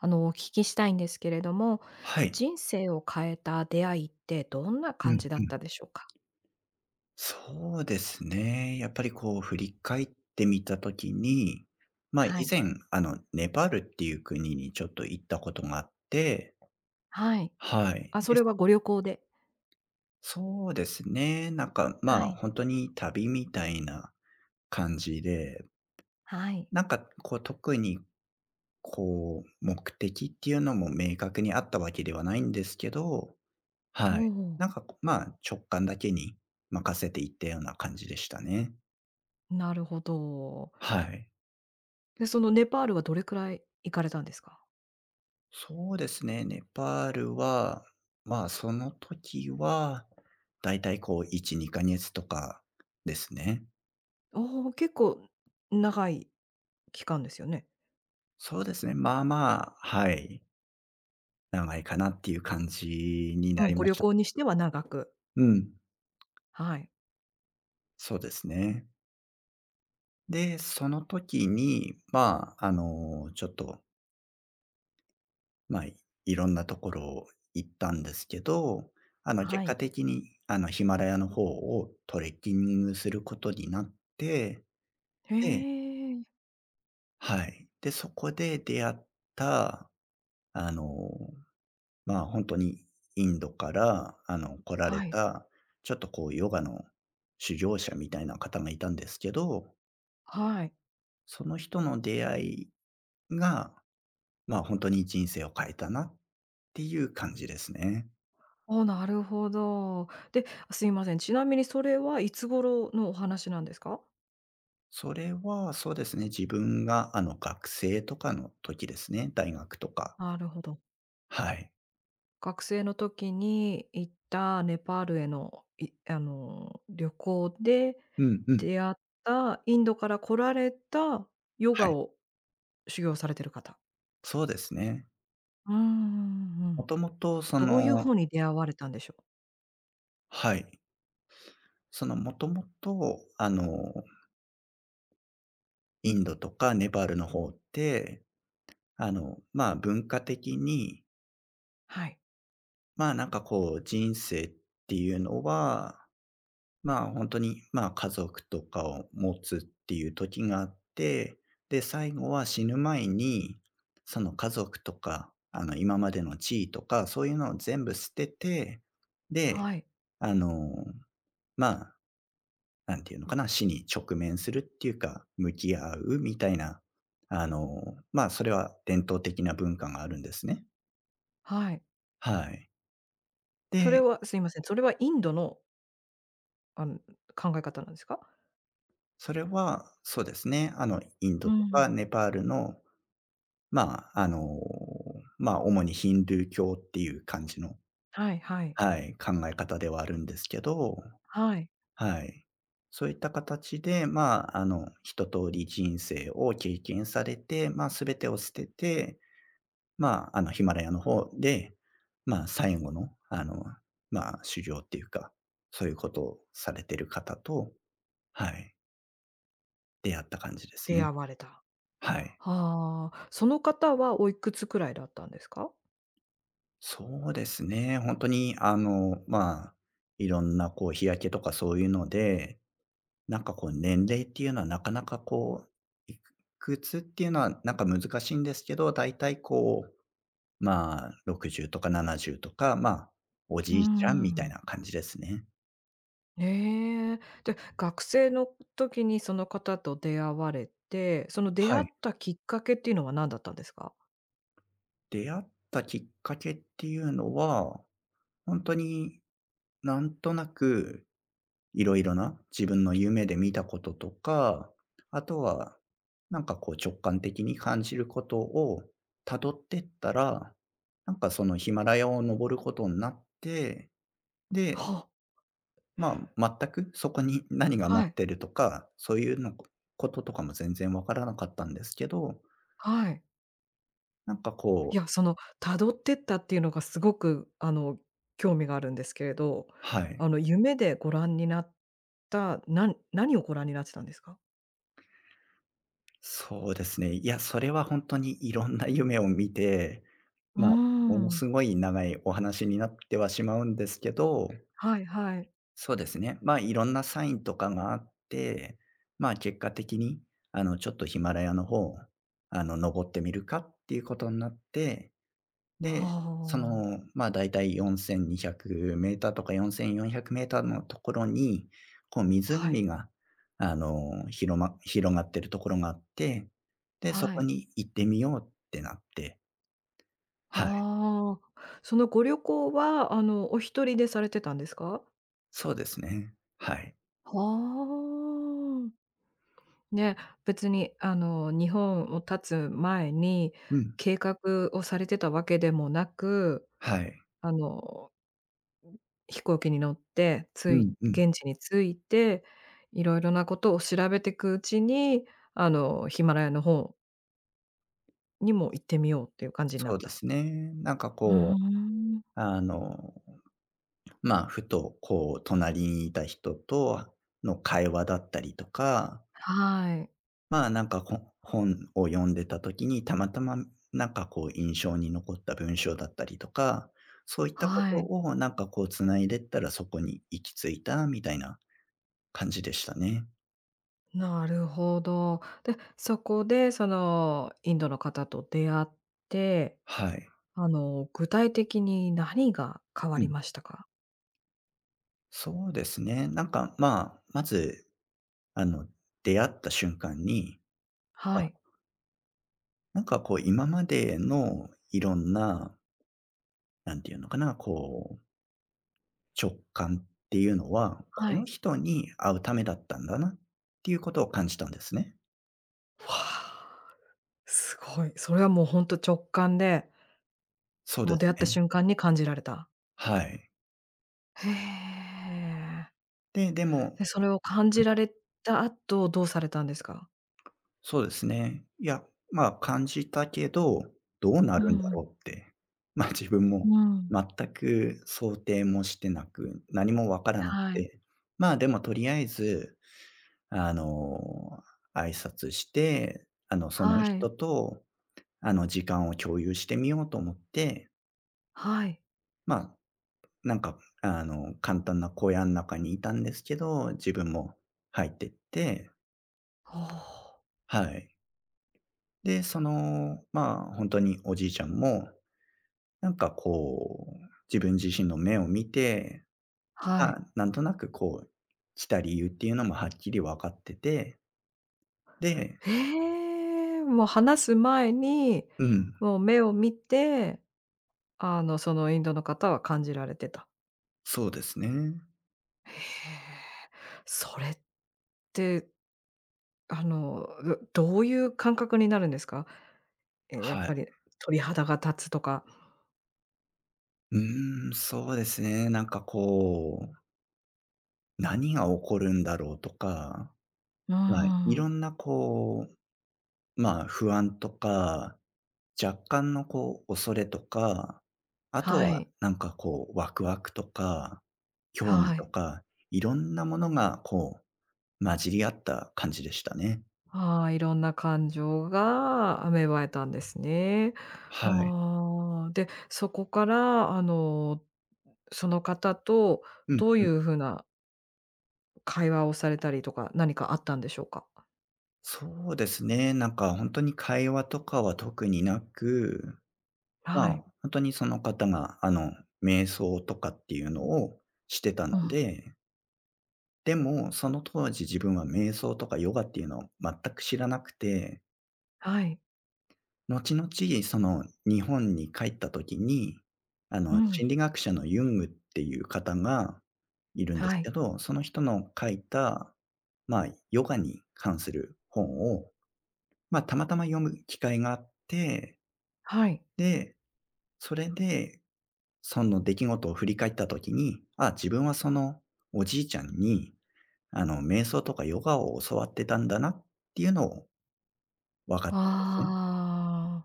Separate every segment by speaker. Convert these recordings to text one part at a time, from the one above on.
Speaker 1: お聞きしたいんですけれども、
Speaker 2: はい。
Speaker 1: 人生を変えた出会いってどんな
Speaker 2: うん
Speaker 1: 感じだ
Speaker 2: う
Speaker 1: っ
Speaker 2: ん。
Speaker 1: たでしょうか？
Speaker 2: そうですね。やっぱりこう振り返ってみたときに、
Speaker 1: は
Speaker 2: 以
Speaker 1: い。
Speaker 2: 前、ネパールっていう国にちょっと行ったことがあって、
Speaker 1: はい。
Speaker 2: はい。
Speaker 1: あ、そ
Speaker 2: で、
Speaker 1: れはご旅行で。
Speaker 2: そうですね。
Speaker 1: はい。
Speaker 2: 本当に旅みたいな感じで、
Speaker 1: はい。
Speaker 2: こう特にこう目的っていうのも明確にあったわけではないんですけど、
Speaker 1: お
Speaker 2: はい。
Speaker 1: お、
Speaker 2: なんか直感だけに任せていったような感じでしたね。
Speaker 1: なるほど。
Speaker 2: はい。
Speaker 1: で、そのネパールはどれくらい行かれたんですか？
Speaker 2: そうですね、ネパールは、その時は、だいたいこう1、2ヶ月とかですね。
Speaker 1: おお、結構長い期間ですよね。
Speaker 2: そうですね、はい、長いかなっていう感じにな
Speaker 1: うん、
Speaker 2: り
Speaker 1: ご
Speaker 2: ま
Speaker 1: 旅
Speaker 2: した。
Speaker 1: 行にしては長く。
Speaker 2: うん、
Speaker 1: はい。
Speaker 2: そうですね。で、その時に、まあ、あの、ちょっと、まあ、いろんなところを行ったんですけど、
Speaker 1: は
Speaker 2: 結果
Speaker 1: い。
Speaker 2: 的に、ヒマラヤの方をトレッキングすることになって、
Speaker 1: へ
Speaker 2: で、
Speaker 1: え。
Speaker 2: はい。で、そこで出会った、あの、本当にインドから、来られ
Speaker 1: はい。
Speaker 2: た、ちょっとこうヨガの修行者みたいな方がいたんですけど、
Speaker 1: はい。
Speaker 2: その人の出会いが、本当に人生を変えたなっていう感じですね。
Speaker 1: おなるほど。で、すいません、ちなみにそれはいつ頃のお話なんですか？
Speaker 2: それは、そうですね、自分が、学生とかの時ですね、大学とか。
Speaker 1: なるほど。
Speaker 2: はい。
Speaker 1: 学生の時に行ったネパールへの、いあの、旅行で
Speaker 2: うんうん。
Speaker 1: 出会ったインドから来られたヨ
Speaker 2: は
Speaker 1: ガ
Speaker 2: い。
Speaker 1: を修行されてる方。
Speaker 2: そうですね。
Speaker 1: うんうんうんう
Speaker 2: も
Speaker 1: ん。
Speaker 2: ともとそ
Speaker 1: どういう
Speaker 2: の
Speaker 1: 方に出会われたんでしょう？
Speaker 2: はい。その、もともと、インドとかネパールの方って、文化的に、
Speaker 1: はい。
Speaker 2: こう、人生っていうのは、まあ、本当に、まあ、家族とかを持つっていう時があって、で、最後は死ぬ前に、その家族とか、今までの地位とか、そういうのを全部捨てて、で、
Speaker 1: はい。
Speaker 2: あの、まあなんていうのかな、死に直面するっていうか、向き合うみたいな、あの、それは伝統的な文化があるんですね。
Speaker 1: はい。
Speaker 2: はい。
Speaker 1: それ
Speaker 2: で、
Speaker 1: はすいません、それはインドの、あの、考え方なんですか？
Speaker 2: それは、そうですね、イン
Speaker 1: う
Speaker 2: ドと
Speaker 1: ん。
Speaker 2: かネパールの、まあ、あの、主にヒンドゥー教っていう感じの、
Speaker 1: はいはい。
Speaker 2: はい、考え方ではあるんですけど、
Speaker 1: はい。
Speaker 2: はい。そういった形で、一通り人生を経験されて、すべてを捨てて、ヒマラヤの方で、最後の、修行っていうか、そういうことをされてる方と、はい、出会った感じです
Speaker 1: 出
Speaker 2: ね。
Speaker 1: 会われた。
Speaker 2: はい。
Speaker 1: はあ。その方はおいくつくらいだったんですか？
Speaker 2: そうですね、本当に、いろんなこう、日焼けとかそういうので、こう、年齢っていうのはなかなかう、いくつっていうのはなんか難しいんですけど、だいたいこう、60とか70とか、お
Speaker 1: うー
Speaker 2: じいちゃんみたい
Speaker 1: ん。
Speaker 2: な感じですね。
Speaker 1: ええ。で、学生の時にその方と出会われて、その出会
Speaker 2: は
Speaker 1: っ
Speaker 2: い。
Speaker 1: たきっかけっていうのは何だったんですか？
Speaker 2: 出会ったきっかけっていうのは、本当になんとなくいろいろな自分の夢で見たこととか、あとは、こう直感的に感じることを辿ってったら、なんかそのヒマラヤを登ることになって、
Speaker 1: は
Speaker 2: で、
Speaker 1: あ、
Speaker 2: 全くそこに何が
Speaker 1: は
Speaker 2: 待
Speaker 1: い、
Speaker 2: ってるとか、そういうのこととかも全然わからなかったんですけど、
Speaker 1: はい。
Speaker 2: なんか
Speaker 1: い
Speaker 2: こう
Speaker 1: や、その辿ってったっていうのがすごく、興味があるんですけれど、
Speaker 2: はい。
Speaker 1: 夢でご覧になった、何をご覧になってたんですか？
Speaker 2: そうですね。いや、それは本当にいろんな夢を見て、
Speaker 1: うー
Speaker 2: まあ、もの
Speaker 1: ん。
Speaker 2: すごい長いお話になってはしまうんですけど、
Speaker 1: はいはい。
Speaker 2: そうですね、いろんなサインとかがあって、結果的に、あの、ちょっとヒマラヤの方、登ってみるかっていうことになって、で、そ
Speaker 1: は
Speaker 2: の、
Speaker 1: あ。
Speaker 2: だいたい4 2 0 0ーターとか4 4 0 0ーターのところに、こう
Speaker 1: はい。
Speaker 2: 湖が、広がってるところがあって、で、そ
Speaker 1: は
Speaker 2: こ
Speaker 1: い。
Speaker 2: に行ってみようってなって、はい、
Speaker 1: はあ。そのご旅行は、お一人でされてたんですか？
Speaker 2: そうですね。はい。
Speaker 1: はあ。ね、別に日本を立つ前に、
Speaker 2: うん、
Speaker 1: 計画をされてたわけでもなく、
Speaker 2: はい。
Speaker 1: あの、飛行機に乗って、つ
Speaker 2: う
Speaker 1: い
Speaker 2: んうん、
Speaker 1: 現地に着いて、いろいろなことを調べてくうちに、ヒマラヤの方にも行ってみようっていう感じにな
Speaker 2: そう
Speaker 1: っ
Speaker 2: で
Speaker 1: た。
Speaker 2: すね。
Speaker 1: うー
Speaker 2: こう、
Speaker 1: ん。
Speaker 2: あの、ふとこう隣にいた人との会話だったりとか、
Speaker 1: はい。
Speaker 2: 本を読んでた時に、たまたまこう印象に残った文章だったりとか、そういったこ
Speaker 1: は
Speaker 2: と
Speaker 1: い。
Speaker 2: をなんかこう繋いでったらそこに行き着いたみたいな感じでしたね。
Speaker 1: なるほど。で、そこでそのインドの方と出会って
Speaker 2: はい。
Speaker 1: 具体的に何が変わ
Speaker 2: う
Speaker 1: り
Speaker 2: ん。
Speaker 1: ましたか？
Speaker 2: そうですね。まず、あの、出会った瞬間に、あ、
Speaker 1: はい。
Speaker 2: なんかこう今までのいろんな、なんていうのかな、こう直感っていうのは、
Speaker 1: は
Speaker 2: この
Speaker 1: い。
Speaker 2: 人に会うためだったんだなっていうことを感じたんですね。
Speaker 1: わあ、すごい。それはもうほんと直感で、
Speaker 2: そうで
Speaker 1: もう出
Speaker 2: す
Speaker 1: 会った
Speaker 2: ね。
Speaker 1: 瞬間に感じられた。
Speaker 2: はい。
Speaker 1: へえ。
Speaker 2: で、でも
Speaker 1: で、それを感
Speaker 2: うん、
Speaker 1: じられた後、どうされたんですか？
Speaker 2: そうですね。感じたけど、どうな
Speaker 1: う
Speaker 2: るんだ
Speaker 1: ん、
Speaker 2: ろうって、自分も
Speaker 1: うん。
Speaker 2: 全く想定もしてなく、何もわからなく
Speaker 1: はい。
Speaker 2: て、でもとりあえず、あの、挨拶して、その
Speaker 1: はい。
Speaker 2: 人と、時間を共有してみようと思って、
Speaker 1: はい。
Speaker 2: まあなんか、簡単な小屋の中にいたんですけど、自分も入ってって、
Speaker 1: おお、
Speaker 2: はい。で、その、本当におじいちゃんも、こう、自分自身の目を見て、
Speaker 1: はい。
Speaker 2: なんとなくこう、来た理由っていうのもはっきり分かってて、で、
Speaker 1: へえ、もう話す前に、
Speaker 2: うん、
Speaker 1: もう目を見て、そのインドの方は感じられてた。
Speaker 2: そうですね。
Speaker 1: へえ。それっで、あの、どういう感覚になるんですか？ええ、やっ
Speaker 2: はい。
Speaker 1: ぱり鳥肌が立つとか。
Speaker 2: うーん、そうですね。こう、何が起こるんだろうとか、
Speaker 1: うー
Speaker 2: はい、いろ
Speaker 1: ん。
Speaker 2: んなこう、不安とか、若干のこう恐れとか、あと
Speaker 1: は
Speaker 2: は
Speaker 1: い。
Speaker 2: なんかこうワクワクとか、興味
Speaker 1: は
Speaker 2: と
Speaker 1: い。
Speaker 2: か、いろんなものがこう混じり合った感じでしたね。
Speaker 1: ああ、いろんな感情が芽生えたんですね。
Speaker 2: はい。
Speaker 1: はあ。で、そこから、その方と
Speaker 2: うん
Speaker 1: どうい
Speaker 2: うん。
Speaker 1: う風な会話をされたりとか、何かあったんでしょうか？
Speaker 2: そうですね、なんか本当に会話とかは特になく、
Speaker 1: はい。
Speaker 2: 本当にその方が、瞑想とかっていうのをしてたの
Speaker 1: うん。
Speaker 2: で、でも、その当時自分は瞑想とかヨガっていうのを全く知らなくて、
Speaker 1: はい。
Speaker 2: 後々、その、日本に帰った時に、
Speaker 1: うん。
Speaker 2: 心理学者のユングっていう方がいるんで
Speaker 1: は
Speaker 2: す
Speaker 1: い。
Speaker 2: けど、その人の書いた、ヨガに関する本を、たまたま読む機会があって、
Speaker 1: はい。
Speaker 2: で、それで、その出来事を振り返った時に、あ、自分はそのおじいちゃんに、瞑想とかヨガを教わってたんだなっていうのを分かったんですね。
Speaker 1: あ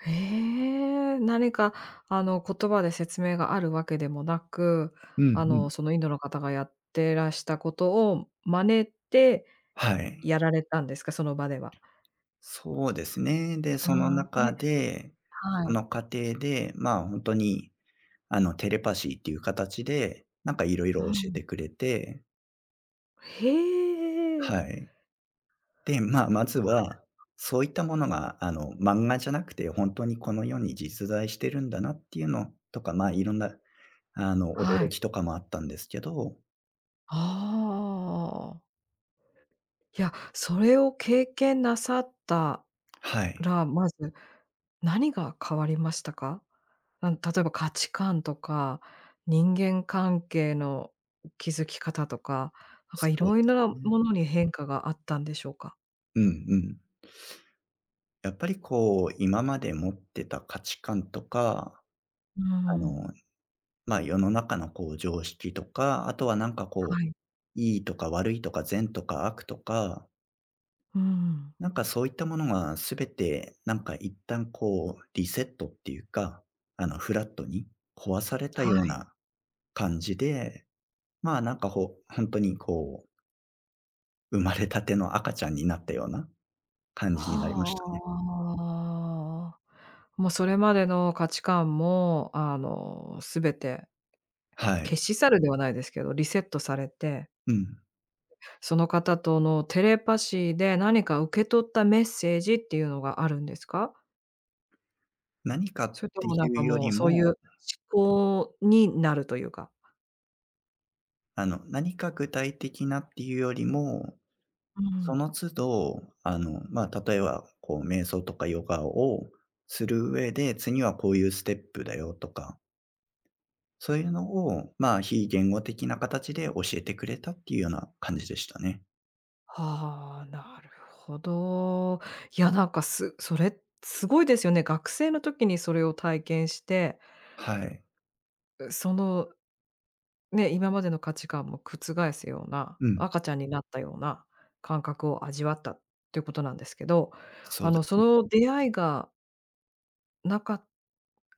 Speaker 1: あ。へえ、何か言葉で説明があるわけでもなく、
Speaker 2: うんうん。
Speaker 1: そのインドの方がやってらしたことを真似て
Speaker 2: はい。
Speaker 1: やられたんですか？その場では。
Speaker 2: そうですね。で、
Speaker 1: う
Speaker 2: その
Speaker 1: ん、ね、
Speaker 2: 中で、
Speaker 1: は
Speaker 2: そ
Speaker 1: い。
Speaker 2: の過程で、まあ、本当に、あの、テレパシーっていう形で、なんかいろいろ
Speaker 1: う
Speaker 2: 教え
Speaker 1: ん。
Speaker 2: てくれて、
Speaker 1: へえ。
Speaker 2: はい。で、まずは、そういったものが、漫画じゃなくて、本当にこの世に実在してるんだなっていうのとか、まあ、いろんな、あの、
Speaker 1: は
Speaker 2: 驚
Speaker 1: い。
Speaker 2: きとかもあったんですけど、
Speaker 1: ああ。いや、それを経験なさった
Speaker 2: はい。
Speaker 1: ら、まず何が変わりましたか？うん、例えば価値観とか、人間関係の築き方とか、なんか
Speaker 2: そ
Speaker 1: い
Speaker 2: う
Speaker 1: ろ
Speaker 2: で
Speaker 1: い
Speaker 2: す
Speaker 1: ろな
Speaker 2: ね。
Speaker 1: ものに変化があったんでしょうか？
Speaker 2: うんうん。やっぱりこう、今まで持ってた価値観とか、
Speaker 1: うー
Speaker 2: あの
Speaker 1: ん。
Speaker 2: 世の中のこう常識とか、あとはなんかこ
Speaker 1: はい。
Speaker 2: う、いいとか悪いとか善とか悪とか、
Speaker 1: うーん。
Speaker 2: なんかそういったものがすべてなんか一旦こうリセットっていうか、あのフラットに壊された
Speaker 1: は
Speaker 2: よう
Speaker 1: い。
Speaker 2: な感じで、まあなんかほ本当にこう、生まれたての赤ちゃんになったような感じになりましたね。
Speaker 1: はあ。もうそれまでの価値観も、全て
Speaker 2: はい。
Speaker 1: 消し去るではないですけど、リセットされて、
Speaker 2: うん。
Speaker 1: その方とのテレパシーで何か受け取ったメッセージっていうのがあるんですか？
Speaker 2: 何かっ
Speaker 1: それと
Speaker 2: て
Speaker 1: もな
Speaker 2: い
Speaker 1: んか
Speaker 2: うよ
Speaker 1: もう、
Speaker 2: り
Speaker 1: そうい
Speaker 2: も、
Speaker 1: う思考になるというか。
Speaker 2: 何か具体的なっていうよりも
Speaker 1: う
Speaker 2: そ
Speaker 1: ん。
Speaker 2: の都度、例えば、こう、瞑想とかヨガをする上で、次はこういうステップだよとか、そういうのを、非言語的な形で教えてくれたっていうような感じでしたね。
Speaker 1: はあ、なるほど。いや、なんかそれすごいですよね。学生の時にそれを体験して、
Speaker 2: はい。
Speaker 1: その、ね、今までの価値観も覆すような、
Speaker 2: うん。
Speaker 1: 赤ちゃんになったような感覚を味わったっていうことなんですけど、
Speaker 2: そうで
Speaker 1: そ
Speaker 2: すね。
Speaker 1: の出会いがなかっ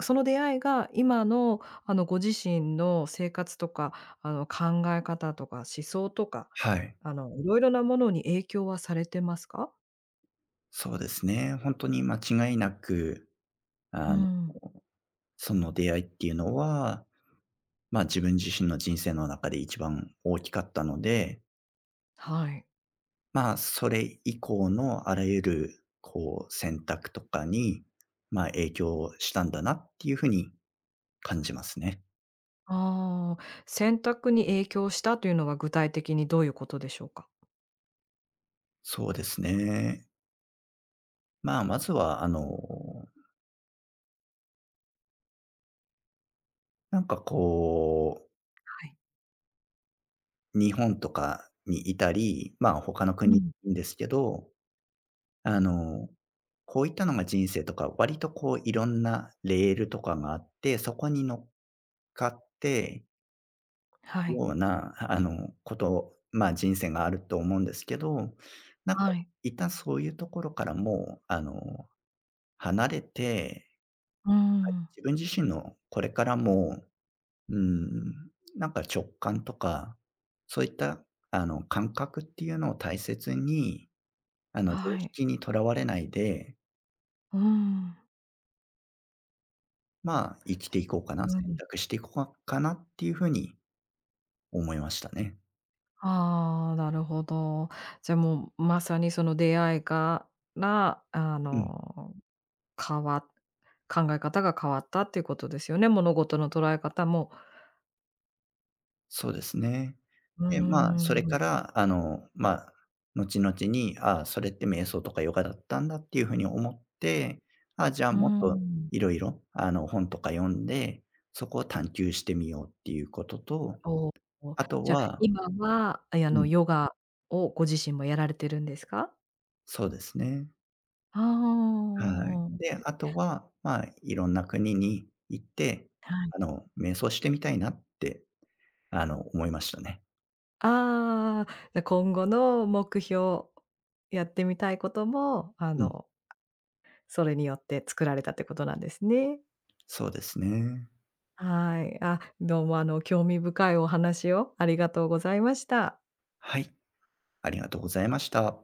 Speaker 1: その出会いが今の、ご自身の生活とか、考え方とか思想とか、
Speaker 2: はい。
Speaker 1: いろいろなものに影響はされてますか？
Speaker 2: そうですね。本当に間違いなく、
Speaker 1: う
Speaker 2: あの、
Speaker 1: ん、
Speaker 2: その出会いっていうのは、自分自身の人生の中で一番大きかったので、
Speaker 1: はい。
Speaker 2: それ以降のあらゆる、こう、選択とかに、影響したんだなっていう風に感じますね。
Speaker 1: ああ、選択に影響したというのは具体的にどういうことでしょうか？
Speaker 2: そうですね。まずは、こ
Speaker 1: はい。
Speaker 2: う、日本とかにいたり、他の
Speaker 1: う
Speaker 2: 国にい
Speaker 1: ん。
Speaker 2: るんですけど、あの、こういったのが人生とか、割とこういろんなレールとかがあって、そこに乗っかって
Speaker 1: はい。
Speaker 2: ような、あの、こと、まあ、人生があると思うんですけど、なんか、
Speaker 1: はい。
Speaker 2: 一旦そういうところからもう、離れて、
Speaker 1: うん。
Speaker 2: 自分自身のこれからも、うん、なんか直感とか、そういった、感覚っていうのを大切に、常
Speaker 1: はい。
Speaker 2: 識にとらわれないで、
Speaker 1: うん。
Speaker 2: 生きていこうか
Speaker 1: う
Speaker 2: な、選
Speaker 1: ん。
Speaker 2: 択していこうかなっていうふうに思いましたね。
Speaker 1: ああ、なるほど。じゃ、もうまさにその出会いから、あ
Speaker 2: うん。
Speaker 1: の変わ考え方が変わったっていうことですよね。物事の捉え方も。
Speaker 2: そうですね。
Speaker 1: うー
Speaker 2: で、まあ、それ
Speaker 1: ん。
Speaker 2: から、あの、まあ、後々に、ああ、それって瞑想とかヨガだったんだっていう風に思って、ああ、じゃあ
Speaker 1: う
Speaker 2: もっ
Speaker 1: ー
Speaker 2: と
Speaker 1: ん。
Speaker 2: いろいろ、本とか読んで、そこを探求してみようっていうことと、
Speaker 1: おお。
Speaker 2: あと
Speaker 1: じゃ、
Speaker 2: は
Speaker 1: 今は、あ、いや、
Speaker 2: うん、
Speaker 1: ヨガをご自身もやられてるんですか？
Speaker 2: そうですね。
Speaker 1: ああ、う
Speaker 2: はい。
Speaker 1: んうんう
Speaker 2: で、
Speaker 1: ん。
Speaker 2: あとは、いろんな国に行って、
Speaker 1: はい。
Speaker 2: 瞑想してみたいなって、思いましたね。
Speaker 1: ああ、じゃ、今後の目標、やってみたいことも、
Speaker 2: うん、
Speaker 1: それによって作られたってことなんですね。
Speaker 2: そうですね。
Speaker 1: はい。あ、どうも、興味深いお話をありがとうございました。
Speaker 2: はい、ありがとうございました。